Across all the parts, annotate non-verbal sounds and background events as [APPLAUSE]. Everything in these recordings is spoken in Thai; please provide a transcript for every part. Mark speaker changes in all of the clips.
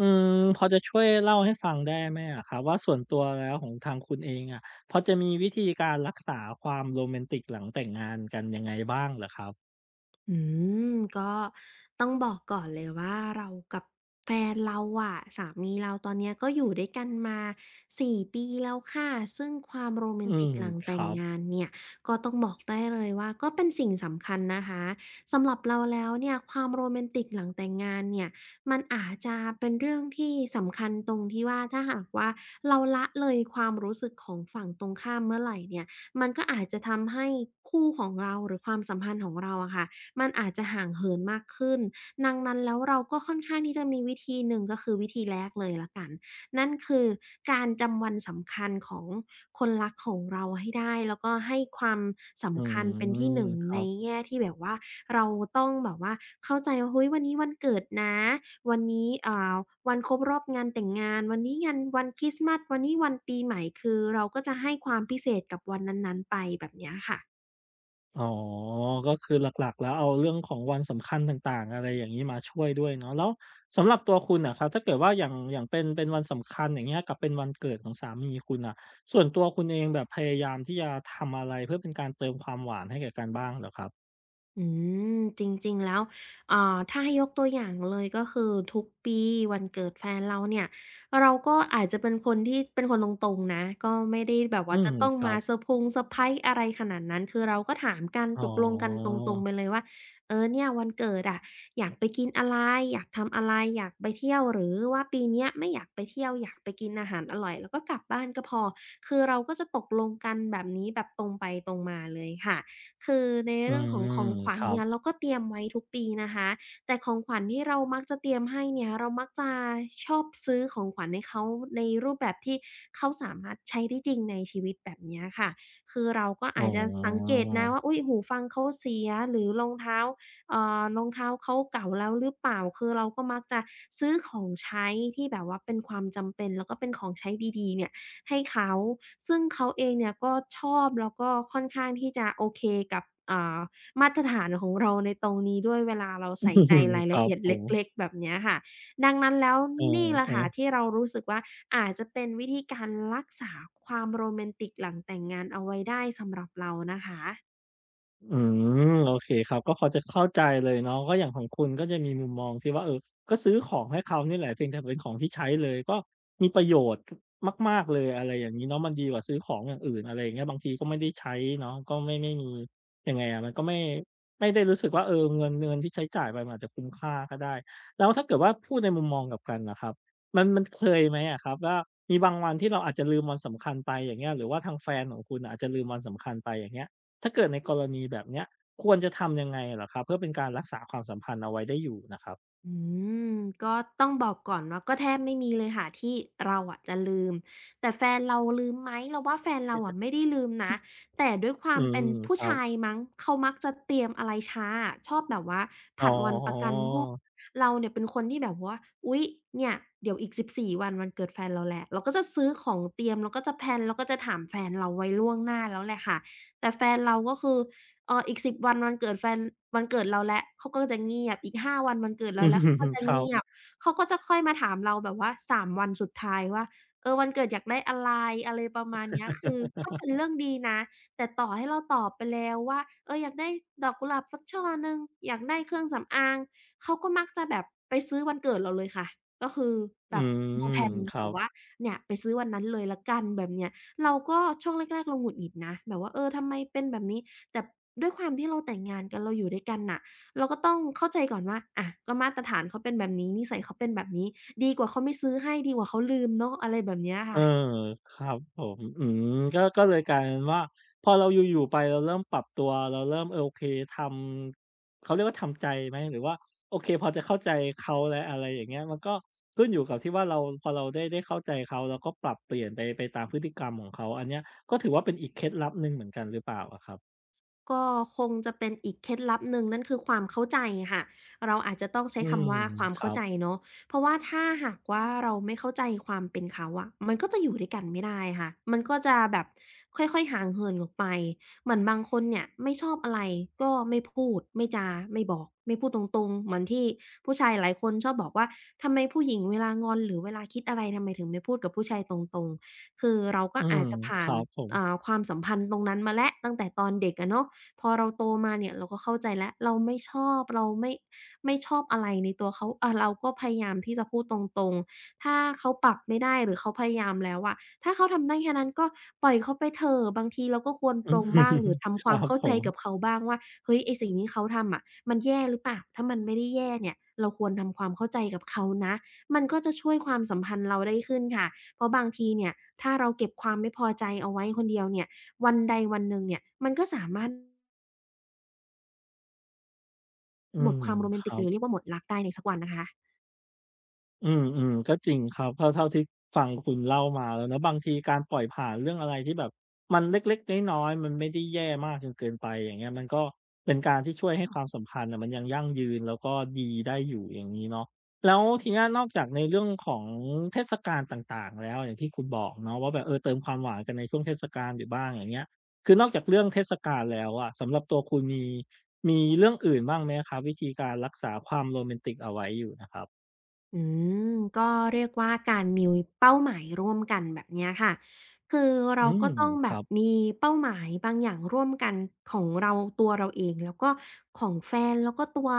Speaker 1: อืมพอจะช่วยเล่าให้ฟังได้ไหมอะครับว่าส่วนตัวแล้วของทางคุณเองอะพอจะมีวิธีการรักษาความโรแมนติกหลังแต่งงานกันยังไงบ้างเหรอครับ
Speaker 2: อืมก็ต้องบอกก่อนเลยว่าเรากับแฟนเราอะสามีเราตอนเนี้ยก็อยู่ด้วยกันมา4 ปีแล้วค่ะซึ่งความโรแม
Speaker 1: อื
Speaker 2: นติก
Speaker 1: ม
Speaker 2: หลัง
Speaker 1: ค
Speaker 2: แต่ง
Speaker 1: รับ
Speaker 2: งานเนี่ยก็ต้องบอกได้เลยว่าก็เป็นสิ่งสำคัญนะคะสำหรับเราแล้วเนี่ยความโรแมนติกหลังแต่งงานเนี่ยมันอาจจะเป็นเรื่องที่สำคัญตรงที่ว่าถ้าหากว่าเราละเลยความรู้สึกของฝั่งตรงข้ามเมื่อไหรเนี่ยมันก็อาจจะทำให้คู่ของเราหรือความสัมพันธ์ของเราอะค่ะ มันอาจจะห่างเหินมากขึ้นดังนั้นแล้วเราก็ค่อนข้างที่จะมีวิธีหนึ่งก็คือวิธีแรกเลยแล้วกัน นั่นคือการจำวันสำคัญของคนรักของเราให้ได้แล้วก็ให้ความ
Speaker 1: อื
Speaker 2: สำคัญเป็นที่ห
Speaker 1: ม
Speaker 2: นึ่ง
Speaker 1: ค
Speaker 2: ใน
Speaker 1: รับ
Speaker 2: แง่ที่แบบว่าเราต้องแบบว่าเข้าใจว่าเฮ้ยวันนี้วันเกิดนะ วันนี้วันครบรอบงานแต่งงาน วันนี้งานวันคริสต์มาสวันนี้วันปีใหม่คือเราก็จะให้ความพิเศษกับวันนั้นๆไปแบบเนี้ยค่ะ
Speaker 1: อ๋อก็คือหลักๆแล้วเอาเรื่องของวันสำคัญต่างๆอะไรอย่างงี้มาช่วยด้วยเนาะแล้วสำหรับตัวคุณน่ะครับถ้าเกิดว่าอย่างเป็นวันสำคัญอย่างเงี้ยกับเป็นวันเกิดของสามีคุณน่ะส่วนตัวคุณเองแบบพยายามที่จะทำอะไรเพื่อเป็นการเติมความหวานให้แก่กันบ้างเหรอครับ
Speaker 2: อืจริงๆแล้วถ้าให้ยกตัวอย่างเลยก็คือทุกปีวันเกิดแฟนเราเนี่ยเราก็อาจจะเป็นคนที่เป็นคนตรงๆนะก็ไม่ได้แบบ
Speaker 1: อื
Speaker 2: ว่าจะ
Speaker 1: ม
Speaker 2: ต้อง
Speaker 1: ครั
Speaker 2: มา
Speaker 1: บ
Speaker 2: เซอร์ไพรส์อะไรขนาดนั้นคือเราก็ถามกัน
Speaker 1: อ๋
Speaker 2: ต
Speaker 1: อ
Speaker 2: กลงกันตรงๆไปเลยว่าเออเนี่ยวันเกิดอะอยากไปกินอะไรอยากทำอะไรอยากไปเที่ยวหรือว่าปีเนี้ยไม่อยากไปเที่ยวอยากไปกินอาหารอร่อยแล้วก็กลับบ้านก็พอคือเราก็จะตกลงกันแบบนี้แบบตรงไปตรงมาเลยค่ะ คือใน
Speaker 1: อื
Speaker 2: เรื่องของ
Speaker 1: ม
Speaker 2: ของขวั
Speaker 1: ค
Speaker 2: ญ
Speaker 1: รั
Speaker 2: เนี่ยเรา
Speaker 1: บ
Speaker 2: ก็เตรียมไว้ทุกปีนะคะแต่ของขวัญที่เรามักจะเตรียมให้เนี่ยเรามักจะชอบซื้อของขวัญให้เขาในรูปแบบที่เขาสามารถใช้ได้จริงในชีวิตแบบเนี้ยค่ะคือเราก็
Speaker 1: อ๋
Speaker 2: อาจจะสังเก
Speaker 1: อ
Speaker 2: ตนะว่าอุ๊ยหูฟังเขาเสียหรือรองเท้าเขาเก่าแล้วหรือเปล่าคือเราก็มักจะซื้อของใช้ที่แบบว่าเป็นความจำเป็นแล้วก็เป็นของใช้ดีๆเนี่ย ให้เขาซึ่งเขาเองเนี่ยก็ชอบแล้วก็ค่อนข้างที่จะโอเคกับอ่ามาตรฐานของเราในตรงนี้ด้วยเวลาเราใส่ใจรา
Speaker 1: [LAUGHS]
Speaker 2: ย
Speaker 1: ค
Speaker 2: ละ
Speaker 1: รับ
Speaker 2: เอียด
Speaker 1: ผ
Speaker 2: เล็ก
Speaker 1: ม
Speaker 2: ๆแบบเนี้ยค่ะ ดังนั้นแล้ว
Speaker 1: เอ
Speaker 2: นี่แหละค่ะ
Speaker 1: อๆ
Speaker 2: ที่เรารู้สึกว่าอาจจะเป็นวิธีการรักษาความโรแมนติกหลังแต่งงานเอาไว้ได้สำหรับเรานะคะ
Speaker 1: อืมโอเคครับก็พอจะเข้าใจเลยเนาะก็อย่างของคุณก็จะมีมุมมองที่ว่าเออก็ซื้อของให้เขานี่แหละเพียงแต่เป็นของที่ใช้เลยก็มีประโยชน์มากๆเลยอะไรอย่างงี้เนาะมันดีกว่าซื้อของอย่างอื่นอะไรอย่างเงี้ยบางทีก็ไม่ได้ใช้เนาะก็ไม่มียังไงอะมันก็ไม่ได้รู้สึกว่าเออเงินที่ใช้จ่ายไปมันอาจจะคุ้มค่าก็ได้แล้วถ้าเกิดว่าพูดในมุมมองกลับกันน่ะครับมันเคยไหมอะครับว่ามีบางวันที่เราอาจจะลืมวันสำคัญไปอย่างเงี้ยหรือว่าทางแฟนของคุณอาจจะลืมวันสำคัญไปอย่างเงี้ย ถ้าเกิดในกรณีแบบเนี้ยควรจะทำยังไงเหรอครับเพื่อเป็นการรักษาความสัมพันธ์เอาไว้ได้อยู่นะครับ
Speaker 2: อืมก็ต้องบอกก่อนว่าก็แทบไม่มีเลยค่ะที่เราอะจะลืมแต่แฟนเราลืมไหมเราว่าแฟนเราอะไม่
Speaker 1: [LAUGHS]
Speaker 2: ได้ลืมนะแต่ด้วยควา
Speaker 1: อื
Speaker 2: ม
Speaker 1: ม
Speaker 2: เป็นผู้
Speaker 1: ครั
Speaker 2: ชาย
Speaker 1: บ
Speaker 2: มั้งเขามักจะเตรียมอะไรช้าอะชอบแบบว่า
Speaker 1: อ๋อ
Speaker 2: ผัดวันประกันพรุ่งเราเนี่ยเป็นคนที่แบบว่าอุ๊ยเนี่ยเดี๋ยวอีก14 วันวันเกิดแฟนเราแหละเราก็จะซื้อของเตรียมเราก็จะแพลนเราก็จะถามแฟนเราไว้ล่วงหน้าแล้วแหละค่ะแต่แฟนเราก็คือ เอออีก10 วันวันเกิดแฟนวันเกิดเราแล้วเขาก็จะเงียบอีก5 วันวันเกิด
Speaker 1: [LAUGHS]
Speaker 2: เรา
Speaker 1: อื
Speaker 2: แล้วเขาก็
Speaker 1: ม
Speaker 2: จะ
Speaker 1: ครั
Speaker 2: เงีย
Speaker 1: บ
Speaker 2: บเขาก็จะค่อยมาถามเราแบบว่า3 วันสุดท้ายว่าเออวันเกิดอยากได้อะไรอะไรประมาณเนี้ยคือก็เป็นเรื่องดีนะแต่ต่อให้เราตอบไปแล้วว่าเอออยากได้ดอกกุหลาบสักช่อหนึ่งอยากได้เครื่องสำอางเขาก็มักจะแบบไปซื้อวันเกิดเราเลยค่ะก็คือแบ
Speaker 1: อื
Speaker 2: บ no
Speaker 1: ม
Speaker 2: plan
Speaker 1: ค
Speaker 2: แบ
Speaker 1: รั
Speaker 2: บว่า
Speaker 1: บ
Speaker 2: เนี่ยไปซื้อวันนั้นเลยแล้วกันแบบเนี้ย เราก็ช่วงแรกๆเราหงุดหงิดนะแบบว่าเออทำไมเป็นแบบนี้แต่ด้วยความที่เราแต่งงานกันเราอยู่ด้วยกันน่ะเราก็ต้องเข้าใจก่อนว่าอะก็มาตรฐานเขาเป็นแบบนี้นิสัยเขาเป็นแบบนี้ดีกว่าเขาไม่ซื้อให้ดีกว่าเขาลืมเนาะอะไรแบบเนี้ย
Speaker 1: เอ
Speaker 2: ค่ะ
Speaker 1: อครับผมอืมก็เลยกลายเป็นว่าพอเราอยู่ๆไปเราเริ่มปรับตัวเราเริ่มเออโอเคทำเขาเรียกว่าทำใจไหมหรือว่าโอเคพอจะเข้าใจเขาและอะไรอย่างเงี้ยมันก็ขึ้นอยู่กับที่ว่าเราพอเราได้เข้าใจเขาเราก็ปรับเปลี่ยนไปตามพฤติกรรมของเขาอันเนี้ยก็ถือว่าเป็นอีกเคล็ดลับหนึ่งเหมือนกันหรือเปล่าอะครับ
Speaker 2: ก็คงจะเป็นอีกเคล็ดลับหนึ่งนั่นคือความเข้าใจค่ะเราอาจจะต้องใช้
Speaker 1: อืม
Speaker 2: คำว่าความ
Speaker 1: ค
Speaker 2: เข้า
Speaker 1: รั
Speaker 2: ใจ
Speaker 1: บ
Speaker 2: เนาะเพราะว่าถ้าหากว่าเราไม่เข้าใจความเป็นเขาอะมันก็จะอยู่ด้วยกันไม่ได้ค่ะมันก็จะแบบค่อยๆห่างเหินออกไปเหมือนบางคนเนี่ยไม่ชอบอะไรก็ไม่พูดไม่จาไม่บอกไม่พูดตรงๆเหมือนที่ผู้ชายหลายคนชอบบอกว่าทำไมผู้หญิงเวลางอนหรือเวลาคิดอะไรทำไมถึงไม่พูดกับผู้ชายตรงๆคือเราก็
Speaker 1: อื
Speaker 2: อา
Speaker 1: ม
Speaker 2: จจะ
Speaker 1: ค
Speaker 2: ผ่าน
Speaker 1: รับผม
Speaker 2: ความสัมพันธ์ตรงนั้นมาแล้วตั้งแต่ตอนเด็กอะเนาะ พอเราโตมาเนี่ยเราก็เข้าใจแล้วเราไม่ชอบเราไม่ชอบอะไรในตัวเขาเราก็พยายามที่จะพูดตรงๆถ้าเขาปรับไม่ได้หรือเขาพยายามแล้วอะถ้าเขาทำได้แค่นั้นก็ปล่อยเขาไปเถอะบางทีเราก็ควร
Speaker 1: [LAUGHS] อื
Speaker 2: ปรงบ้างห
Speaker 1: ม
Speaker 2: รือ
Speaker 1: ค
Speaker 2: ทำควา
Speaker 1: รั
Speaker 2: ม
Speaker 1: บ
Speaker 2: เข้า
Speaker 1: ผ
Speaker 2: ใจกับ
Speaker 1: ม
Speaker 2: เขาบ้างว่าเฮ้ยไอ้สิ่งที่เขาทำอะมันแย่หรือเปล่าถ้ามันไม่ได้แย่เนี่ยเราควรทำความเข้าใจกับเขานะมันก็จะช่วยความสัมพันธ์เราได้ขึ้นค่ะเพราะบางทีเนี่ยถ้าเราเก็บความไม่พอใจเอาไว้คนเดียวเนี่ยวันใดวันหนึ่งเนี่ยมันก็สามารถ
Speaker 1: อื
Speaker 2: หมด
Speaker 1: ม
Speaker 2: ความโรแมน
Speaker 1: ค
Speaker 2: ติก
Speaker 1: รั
Speaker 2: หรือเรีย
Speaker 1: บ
Speaker 2: กว่าหมดรักได้ในสักวันนะคะ
Speaker 1: อืมอืมก็จริงครับเท่าที่ฟังคุณเล่ามาแล้วเนาะบางทีการปล่อยผ่านเรื่องอะไรที่แบบมันเล็กๆน้อยๆมันไม่ได้แย่มากจนเกินไปอย่างเงี้ยมันก็เป็นการที่ช่วยให้ความสัมพันธ์น่ะมันยังยั่งยืนแล้วก็ดีได้อยู่อย่างงี้เนาะแล้วทีเนี้ยนอกจากในเรื่องของเทศกาลต่างๆแล้วอย่างที่คุณบอกเนาะว่าแบบเออเติมความหวานกันในช่วงเทศกาลอยู่บ้างอย่างเงี้ยคือนอกจากเรื่องเทศกาลแล้วอะสำหรับตัวคุณมีเรื่องอื่นบ้างไหมครับวิธีการรักษาความโรแมนติกเอาไว้อยู่นะครับ
Speaker 2: อืมก็เรียกว่าการมีเป้าหมายร่วมกันแบบเนี้ยค่ะคือเรา
Speaker 1: อื
Speaker 2: ก็
Speaker 1: ม
Speaker 2: ต้องแบ
Speaker 1: ค
Speaker 2: บ
Speaker 1: รับ
Speaker 2: มีเป้าหมายบางอย่างร่วมกันของเราตัวเราเองแล้วก็ของแฟนแล้วก็ตัว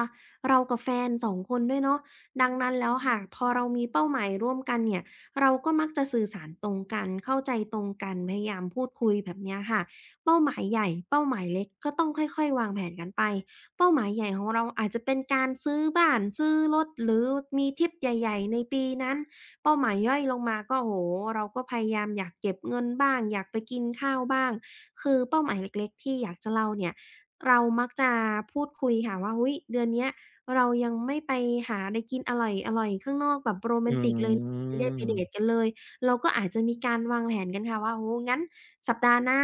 Speaker 2: เรากับแฟน2คนด้วยเนาะดังนั้นแล้วค่ะพอเรามีเป้าหมายร่วมกันเนี่ยเราก็มักจะสื่อสารตรงกันเข้าใจตรงกันพยายามพูดคุยแบบเนี้ยค่ะเป้าหมายใหญ่เป้าหมายเล็กก็ต้องค่อยๆวางแผนกันไป เป้าหมายใหญ่ของเราอาจจะเป็นการซื้อบ้านซื้อรถหรือมีทริปใหญ่ๆในปีนั้นเป้าหมายย่อยลงมาก็โอ้โฮเราก็พยายามอยากเก็บเงินบ้างอยากไปกินข้าวบ้างคือเป้าหมายเล็กๆที่อยากจะเล่าเนี่ยเรามักจะพูดคุยค่ะว่าอุ๊ยเดือนเนี้ยเรายังไม่ไปหาอะไรกินอร่อยๆข้างนอกแบบโรแม
Speaker 1: อื
Speaker 2: นติกเลยไม่ได้ไปเดตกั
Speaker 1: ม
Speaker 2: นเลยเราก็อาจจะมีการวางแผนกันค่ะว่าโอ้โฮงั้นสัปดาห์หน้า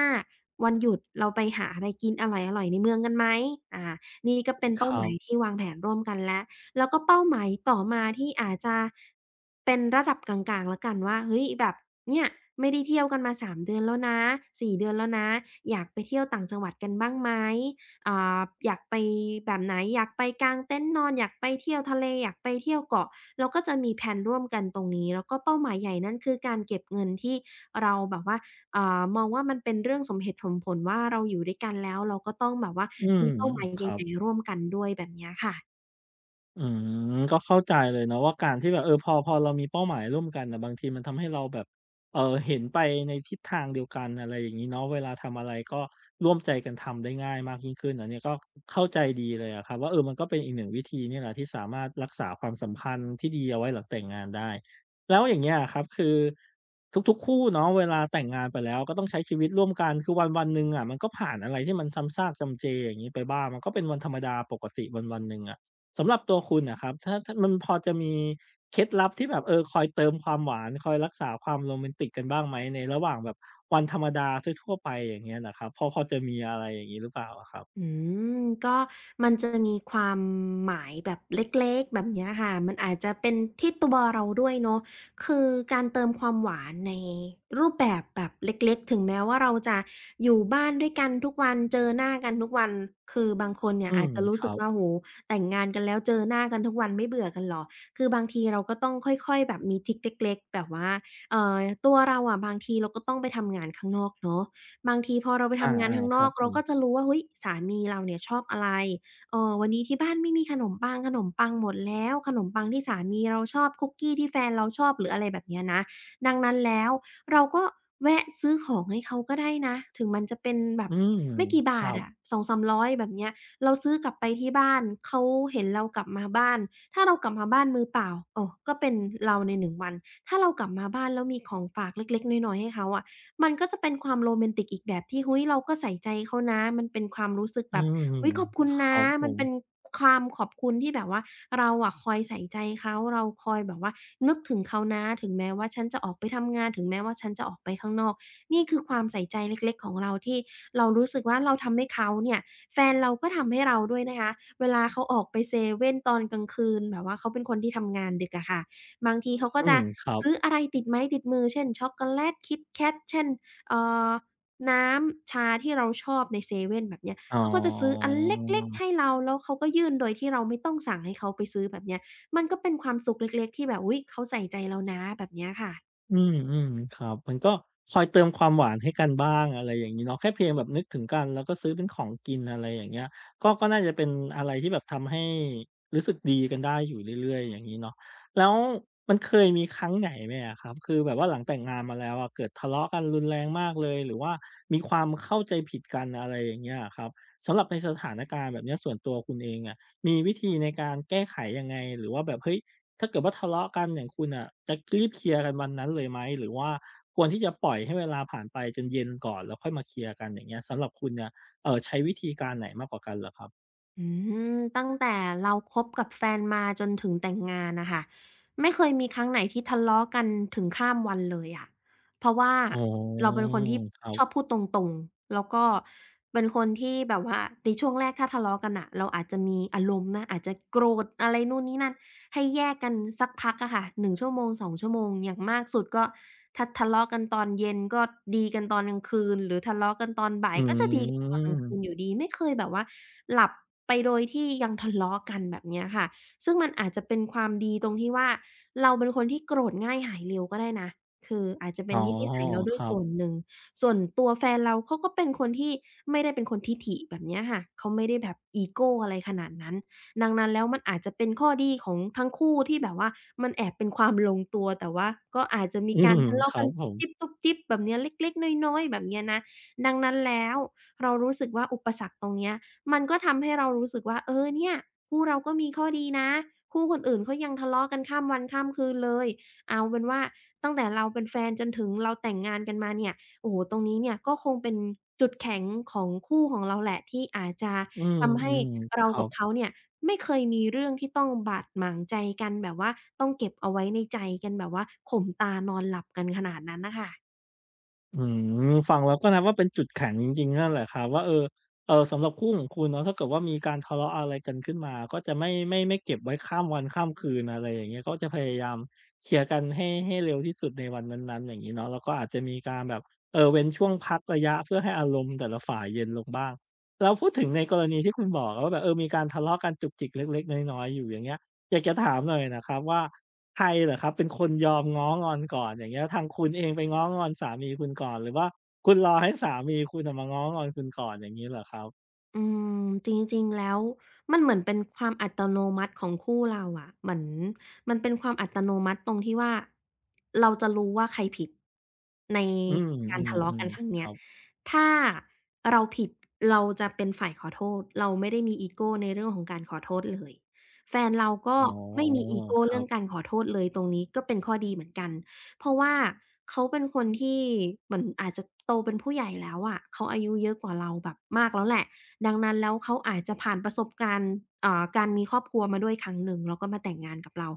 Speaker 2: วันหยุดเราไปหาอะไรกินอร่อยๆในเมืองกันไหมอา นี่ก็เป็น
Speaker 1: ค
Speaker 2: เป้าห
Speaker 1: รั
Speaker 2: มาย
Speaker 1: บ
Speaker 2: ที่วางแผนร่วมกันแล้วแล้วก็เป้าหมายต่อมาที่อาจจะเป็นระดับกลางๆแล้วกันว่าเฮ้ยแบบเนี่ยไม่ได้เที่ยวกันมา3เดือนแล้วนะ4เดือนแล้วนะอยากไปเที่ยวต่างจังหวัดกันบ้างไหมอ่าอยากไปแบบไหนอยากไปกางเต็นท์นอนอยากไปเที่ยวทะเลอยากไปเที่ยวเกาะเราก็จะมีแพลนร่วมกันตรงนี้แล้วก็เป้าหมายใหญ่นั่นคือการเก็บเงินที่เราแบบว่า มองว่ามันเป็นเรื่องสมเหตุสมผลว่าเราอยู่ด้วยกันแล้วเราก็ต้องแบบว่า
Speaker 1: อืม
Speaker 2: มีเป้าหมาย
Speaker 1: ครั
Speaker 2: ให
Speaker 1: บ
Speaker 2: ญ่ๆร่วมกันด้วยแบบเนี้ยค่ะ
Speaker 1: อืมก็เข้าใจเลยเนาะว่าการที่แบบเออพอเรามีเป้าหมายร่วมกันน่ะบางทีมันทำให้เราแบบเอ่อเห็นไปในทิศทางเดียวกันอะไรอย่างงี้เนาะเวลาทำอะไรก็ร่วมใจกันทำได้ง่ายมากยิ่งขึ้นอันนี้ก็เข้าใจดีเลยอะครับว่าเออมันก็เป็นอีกหนึ่งวิธีเนี่ยแหละที่สามารถรักษาความสัมพันธ์ที่ดีเอาไว้หลังแต่งงานได้แล้วอย่างเงี้ยอะครับคือทุกๆคู่เนาะเวลาแต่งงานไปแล้วก็ต้องใช้ชีวิตร่วมกันคือวันๆหนึ่งอะมันก็ผ่านอะไรที่มันซ้ำซากจำเจอย่างงี้ไปบ้างมันก็เป็นวันธรรมดาปกติวันๆหนึ่งอะ สำหรับตัวคุณนะครับถ้ามันพอจะมีเคล็ดลับที่แบบเออคอยเติมความหวานคอยรักษาความโรแมนติกกันบ้างไหมในระหว่างแบบวันธรรมดาทั่วๆไปอย่างเงี้ยน่ะครับพอจะมีอะไรอย่างงี้หรือเปล่าอะครับ
Speaker 2: อืมก็มันจะมีความหมายแบบเล็กๆแบบเนี้ยค่ะมันอาจจะเป็นที่ตัวเราด้วยเนาะคือการเติมความหวานในรูปแบบแบบเล็กๆถึงแม้ว่าเราจะอยู่บ้านด้วยกันทุกวันเจอหน้ากันทุกวันคือบางคนเนี่ย
Speaker 1: อื
Speaker 2: อา
Speaker 1: ม
Speaker 2: จจะรู้
Speaker 1: ค
Speaker 2: สึ
Speaker 1: รั
Speaker 2: กว่าโอ้
Speaker 1: บ
Speaker 2: โฮแต่งงานกันแล้วเจอหน้ากันทุกวันไม่เบื่อกันเหรอคือบางทีเราก็ต้องค่อยๆแบบมีทริกเล็กๆแบบว่าเอ่อตัวเราอะบางทีเราก็ต้องไปทำงานข้างนอกเนาะ บางทีพอเราไป
Speaker 1: อา
Speaker 2: ทำงานข้าง
Speaker 1: ๆ
Speaker 2: น
Speaker 1: ค
Speaker 2: อ
Speaker 1: รั
Speaker 2: ก
Speaker 1: บผ
Speaker 2: เรา
Speaker 1: ม
Speaker 2: ก็จะรู้ว่าเฮ้ยสามีเราเนี่ยชอบอะไรวันนี้ที่บ้านไม่มีขนมปังขนมปังหมดแล้วขนมปังที่สามีเราชอบคุกกี้ที่แฟนเราชอบหรืออะไรแบบเนี้ยนะดังนั้นแล้วเราก็แวะซื้อของให้เขาก็ได้นะถึงมันจะเป็นแบบ
Speaker 1: อืม
Speaker 2: ไม่กี่
Speaker 1: ค
Speaker 2: บา
Speaker 1: รั
Speaker 2: ท
Speaker 1: บ
Speaker 2: อะสองสามร้อยแบบเนี้ยเราซื้อกลับไปที่บ้านเขาเห็นเรากลับมาบ้านถ้าเรากลับมาบ้านมือเปล่าโอ้ก็เป็นเราในหนึ่งวันถ้าเรากลับมาบ้านแล้วมีของฝากเล็กๆน้อยๆให้เขาอะ มันก็จะเป็นความโรแมนติกอีกแบบที่เฮ้ยเราก็ใส่ใจเขานะมันเป็นความรู้สึก
Speaker 1: อื
Speaker 2: แบบ
Speaker 1: ม
Speaker 2: อุ๊ยขอบคุณ
Speaker 1: ค
Speaker 2: นะ
Speaker 1: รับผ
Speaker 2: มัน
Speaker 1: ม
Speaker 2: เป็นความขอบคุณที่แบบว่าเราอะคอยใส่ใจเขา เราคอยแบบว่านึกถึงเขานะถึงแม้ว่าฉันจะออกไปทำงาน ถึงแม้ว่าฉันจะออกไปข้างนอก นี่คือความใส่ใจเล็กๆของเราที่เรารู้สึกว่าเราทำให้เขาเนี่ยแฟนเราก็ทำให้เราด้วยนะคะเวลาเขาออกไปเซเว่นตอนกลางคืนแบบว่าเขาเป็นคนที่ทำงานดึกอะค่ะ บางทีเขาก็
Speaker 1: อื
Speaker 2: จะ
Speaker 1: มครับ
Speaker 2: ซื้ออะไรติดไม้ติดมือเช่นช็อกโกแลตคิตแ a t เช่นเอ่อน้ำชาที่เราชอบในเซเว่นแบบเนี้ย
Speaker 1: อ๋
Speaker 2: เขาก็จะซื้ออันเล็กๆให้
Speaker 1: อ
Speaker 2: เราแล้วเขาก็ยื่นโดยที่เราไม่ต้องสั่งให้เขาไปซื้อแบบเนี้ยมันก็เป็นความสุขเล็กๆที่แบบอุ๊ยเขาใส่ใจเรานะแบบเนี้ยค่ะ
Speaker 1: อืมอืมครับมันก็คอยเติมความหวานให้กันบ้างอะไรอย่างงี้เนาะแค่เพียงแบบนึกถึงกันแล้วก็ซื้อเป็นของกินอะไรอย่างเงี้ยก็น่าจะเป็นอะไรที่แบบทำให้รู้สึกดีกันได้อยู่เรื่อยๆอย่างงี้เนาะแล้วมันเคยมีครั้งไหนไหมอะครับคือแบบว่าหลังแต่งงานมาแล้วอะเกิดทะเลาะกันรุนแรงมากเลยหรือว่ามีความเข้าใจผิดกันอะไรอย่างเงี้ยอะครับสำหรับในสถานการณ์แบบเนี้ยส่วนตัวคุณเองอะมีวิธีในการแก้ไขยังไงหรือว่าแบบเฮ้ย ถ้าเกิดว่าทะเลาะกันอย่างคุณอ่ะจะรีบเคลียร์กันวันนั้นเลยไหมหรือว่าควรที่จะปล่อยให้เวลาผ่านไปจนเย็นก่อนแล้วค่อยมาเคลียร์กันอย่างเงี้ยสำหรับคุณเนี่ยเออใช้วิธีการไหนมากกว่ากันเหรอครับ
Speaker 2: อืมตั้งแต่เราคบกับแฟนมาจนถึงแต่งงานน่ะค่ะไม่เคยมีครั้งไหนที่ทะเลาะกันถึงข้ามวันเลยอะเพราะว่า
Speaker 1: อ๋อ
Speaker 2: เราเป็นคนที่
Speaker 1: ครั
Speaker 2: ชอบ
Speaker 1: บ
Speaker 2: พูดตรงๆแล้วก็เป็นคนที่แบบว่าในช่วงแรกถ้าทะเลาะกันน่ะเราอาจจะมีอารมณ์นะอาจจะโกรธอะไรนู่นนี่นั่น ให้แยกกันสักพักอะค่ะ1ชั่วโมง2ชั่วโมงอย่างมากสุดก็ถ้าทะเลาะกันตอนเย็นก็ดีกันตอนกลางคืนหรือทะเลาะกันตอนบ่าย
Speaker 1: อื
Speaker 2: ก็จะดีกันตอนกลางคืนอยู่
Speaker 1: ม
Speaker 2: ดีไม่เคยแบบว่าหลับไปโดยที่ยังทะเลาะกันแบบเนี้ยค่ะซึ่งมันอาจจะเป็นความดีตรงที่ว่าเราเป็นคนที่โกรธง่ายหายเร็วก็ได้นะคืออาจจะเป็
Speaker 1: อ๋
Speaker 2: น
Speaker 1: อ
Speaker 2: ที่นิสัยเราด้
Speaker 1: ค
Speaker 2: วย
Speaker 1: รับ
Speaker 2: ส่วนหนึ่งส่วนตัวแฟนเราเขาก็เป็นคนที่ไม่ได้เป็นคนทิฐิแบบเนี้ยค่ะเขาไม่ได้แบบอีโกอะไรขนาดนั้น ดังนั้นแล้วมันอาจจะเป็นข้อดีของทั้งคู่ที่แบบว่ามันแอบเป็นความลงตัวแต่ว่าก็อาจจะมี
Speaker 1: อื
Speaker 2: การ
Speaker 1: ม
Speaker 2: ทะเลาะ
Speaker 1: ครั
Speaker 2: กัน
Speaker 1: บผ
Speaker 2: จุ๊บ
Speaker 1: ม
Speaker 2: จิ๊บจุ๊บจิ๊บแบบเนี้ยเล็กๆน้อยๆแบบเนี้ยนะดังนั้นแล้วเรารู้สึกว่าอุปสรรคตรงเนี้ยมันก็ทำให้เรารู้สึกว่าเออเนี่ยคู่เราก็มีข้อดีนะคู่คนอื่นเขายังทะเลาะกันข้ามวันข้ามคืนเลยเอาเป็นว่าตั้งแต่เราเป็นแฟนจนถึงเราแต่งงานกันมาเนี่ย โอ้โฮตรงนี้เนี่ยก็คงเป็นจุดแข็งของคู่ของเราแหละที่อาจจะ
Speaker 1: อืม
Speaker 2: ทำให้
Speaker 1: ๆค
Speaker 2: เรา
Speaker 1: รั
Speaker 2: กับเขา
Speaker 1: บ
Speaker 2: เนี่ยไม่เคยมีเรื่องที่ต้องบาดหมางใจกันแบบว่าต้องเก็บเอาไว้ในใจกันแบบว่าข่มตานอนหลับกันขนาดนั้นน่ะค่ะ
Speaker 1: อืมฟังแล้วก็นับว่าเป็นจุดแข็งจริงๆนั่นแหละครับว่าเออเออสำหรับคู่ของคุณเนาะถ้าเกิดว่ามีการทะเลาะอะไรกันขึ้นมาก็จะไม่เก็บไว้ข้ามวันข้ามคืนอะไรอย่างเงี้ยก็จะพยายามเคลียร์กันให้เร็วที่สุดในวันนั้นๆอย่างงี้เนาะแล้วก็อาจจะมีการแบบเว้นช่วงพักระยะเพื่อให้อารมณ์แต่ละฝ่ายเย็นลงบ้างแล้วพูดถึงในกรณีที่คุณบอกอะว่าแบบเออมีการทะเลาะกันจุกจิกเล็กๆน้อยๆอยู่อย่างเงี้ย อยากจะถามหน่อยนะครับว่าใครเหรอครับเป็นคนยอมง้องอนก่อนอย่างเงี้ยทางคุณเองไปง้องอนสามีคุณก่อนหรือว่าคุณรอให้สามีคุณน่ะมาง้องอนคุณก่อนอย่างงี้เหรอครับ
Speaker 2: อืมจริงๆแล้วมันเหมือนเป็นความอัตโนมัติของคู่เราอะเหมือนมันเป็นความอัตโนมัติตรงที่ว่าเราจะรู้ว่าใครผิดใน
Speaker 1: อื
Speaker 2: การทะเลาะกั
Speaker 1: ม
Speaker 2: นครั้ง
Speaker 1: ๆๆค
Speaker 2: เนี้ย
Speaker 1: รับ
Speaker 2: ถ้าเราผิดเราจะเป็นฝ่ายขอโทษเราไม่ได้มีอีโกในเรื่องของการขอโทษเลยแฟนเราก็
Speaker 1: อ๋อ
Speaker 2: ไม่มีอีโก
Speaker 1: ค
Speaker 2: เรื่
Speaker 1: รั
Speaker 2: อง
Speaker 1: บ
Speaker 2: การขอโทษเลยตรงนี้ก็เป็นข้อดีเหมือนกันเพราะว่าเขาเป็นคนที่เหมือนอาจจะโตเป็นผู้ใหญ่แล้วอะเขาอายุเยอะกว่าเราแบบมากแล้วแหละ ดังนั้นแล้วเขาอาจจะผ่านประสบการณ์การมีครอบครัวมาด้วยครั้งหนึ่งแล้วก็มาแต่งงานกับเรา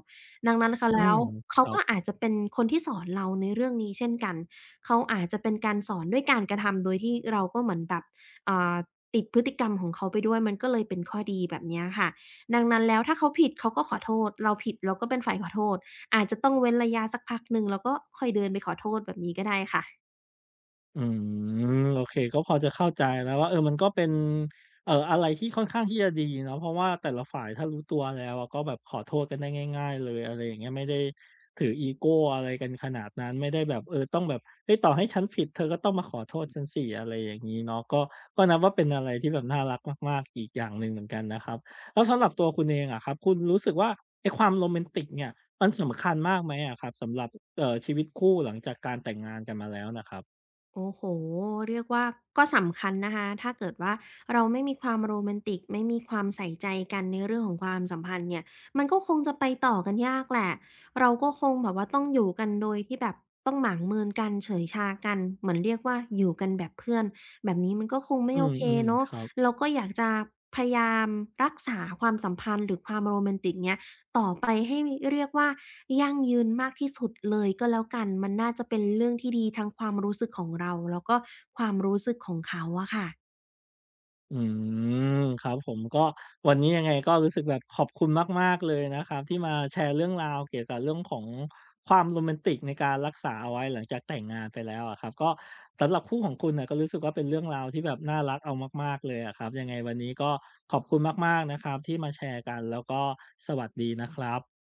Speaker 2: ดังนั้นค
Speaker 1: อื
Speaker 2: แล้ว
Speaker 1: มค
Speaker 2: เขา
Speaker 1: รั
Speaker 2: ก็
Speaker 1: บ
Speaker 2: อาจจะเป็นคนที่สอนเราในเรื่องนี้เช่นกันเขาอาจจะเป็นการสอนด้วยการกระทำโดยที่เราก็เหมือนแบบอ่าติดพฤติกรรมของเขาไปด้วยมันก็เลยเป็นข้อดีแบบเนี้ยค่ะดังนั้นแล้วถ้าเขาผิดเขาก็ขอโทษเราผิดเราก็เป็นฝ่ายขอโทษอาจจะต้องเว้นระยะสักพักหนึ่งแล้วก็ค่อยเดินไปขอโทษแบบนี้ก็ได้ค่ะ
Speaker 1: อืมโอเคก็พอจะเข้าใจแล้วว่าเออมันก็เป็นอะไรที่ค่อนข้างที่จะดีเนาะเพราะว่าแต่ละฝ่ายถ้ารู้ตัวแล้วอะก็แบบขอโทษกันได้ง่ายๆเลยอะไรอย่างเงี้ยไม่ได้ถืออีโกอะไรกันขนาดนั้นไม่ได้แบบเออต้องแบบเฮ้ยต่อให้ฉันผิดเธอก็ต้องมาขอโทษฉันสิอะไรอย่างงี้เนาะก็นับว่าเป็นอะไรที่แบบน่ารักมากๆอีกอย่างหนึ่งเหมือนกันนะครับแล้วสำหรับตัวคุณเองอะครับคุณรู้สึกว่าไอ้ความโรแมนติกเนี่ยมันสำคัญมากไหมอะครับสำหรับชีวิตคู่หลังจากการแต่งงานกันมาแล้วน่ะครับ
Speaker 2: โอ้โหเรียกว่าก็สำคัญนะคะถ้าเกิดว่าเราไม่มีความโรแมนติกไม่มีความใส่ใจกันในเรื่องของความสัมพันธ์เนี่ยมันก็คงจะไปต่อกันยากแหละเราก็คงแบบว่าต้องอยู่กันโดยที่แบบต้องหมางเมินกันเฉยชากันเหมือนเรียกว่าอยู่กันแบบเพื่อนแบบนี้มันก็คงไม่
Speaker 1: อื
Speaker 2: โอ
Speaker 1: ม
Speaker 2: เค
Speaker 1: อืม
Speaker 2: เนาะ
Speaker 1: ครับ
Speaker 2: เราก็อยากจะพยายามรักษาความสัมพันธ์หรือความโรแมนติกเนี่ย ต่อไปให้เรียกว่ายั่งยืนมากที่สุดเลยก็แล้วกันมันน่าจะเป็นเรื่องที่ดีทั้งความรู้สึกของเราแล้วก็ความรู้สึกของเขาอะค่ะ
Speaker 1: อืมครับผมก็วันนี้ยังไงก็รู้สึกแบบขอบคุณมากๆเลยนะครับที่มาแชร์เรื่องราวเกี่ยวกับเรื่องของความโรแมนติกในการรักษาเอาไว้หลังจากแต่งงานไปแล้วอะครับก็สำหรับคู่ของคุณน่ะก็รู้สึกว่าเป็นเรื่องราวที่แบบน่ารักเอามากๆเลยอะครับยังไงวันนี้ก็ขอบคุณมากๆนะครับที่มาแชร์กันแล้วก็สวัสดีนะครับ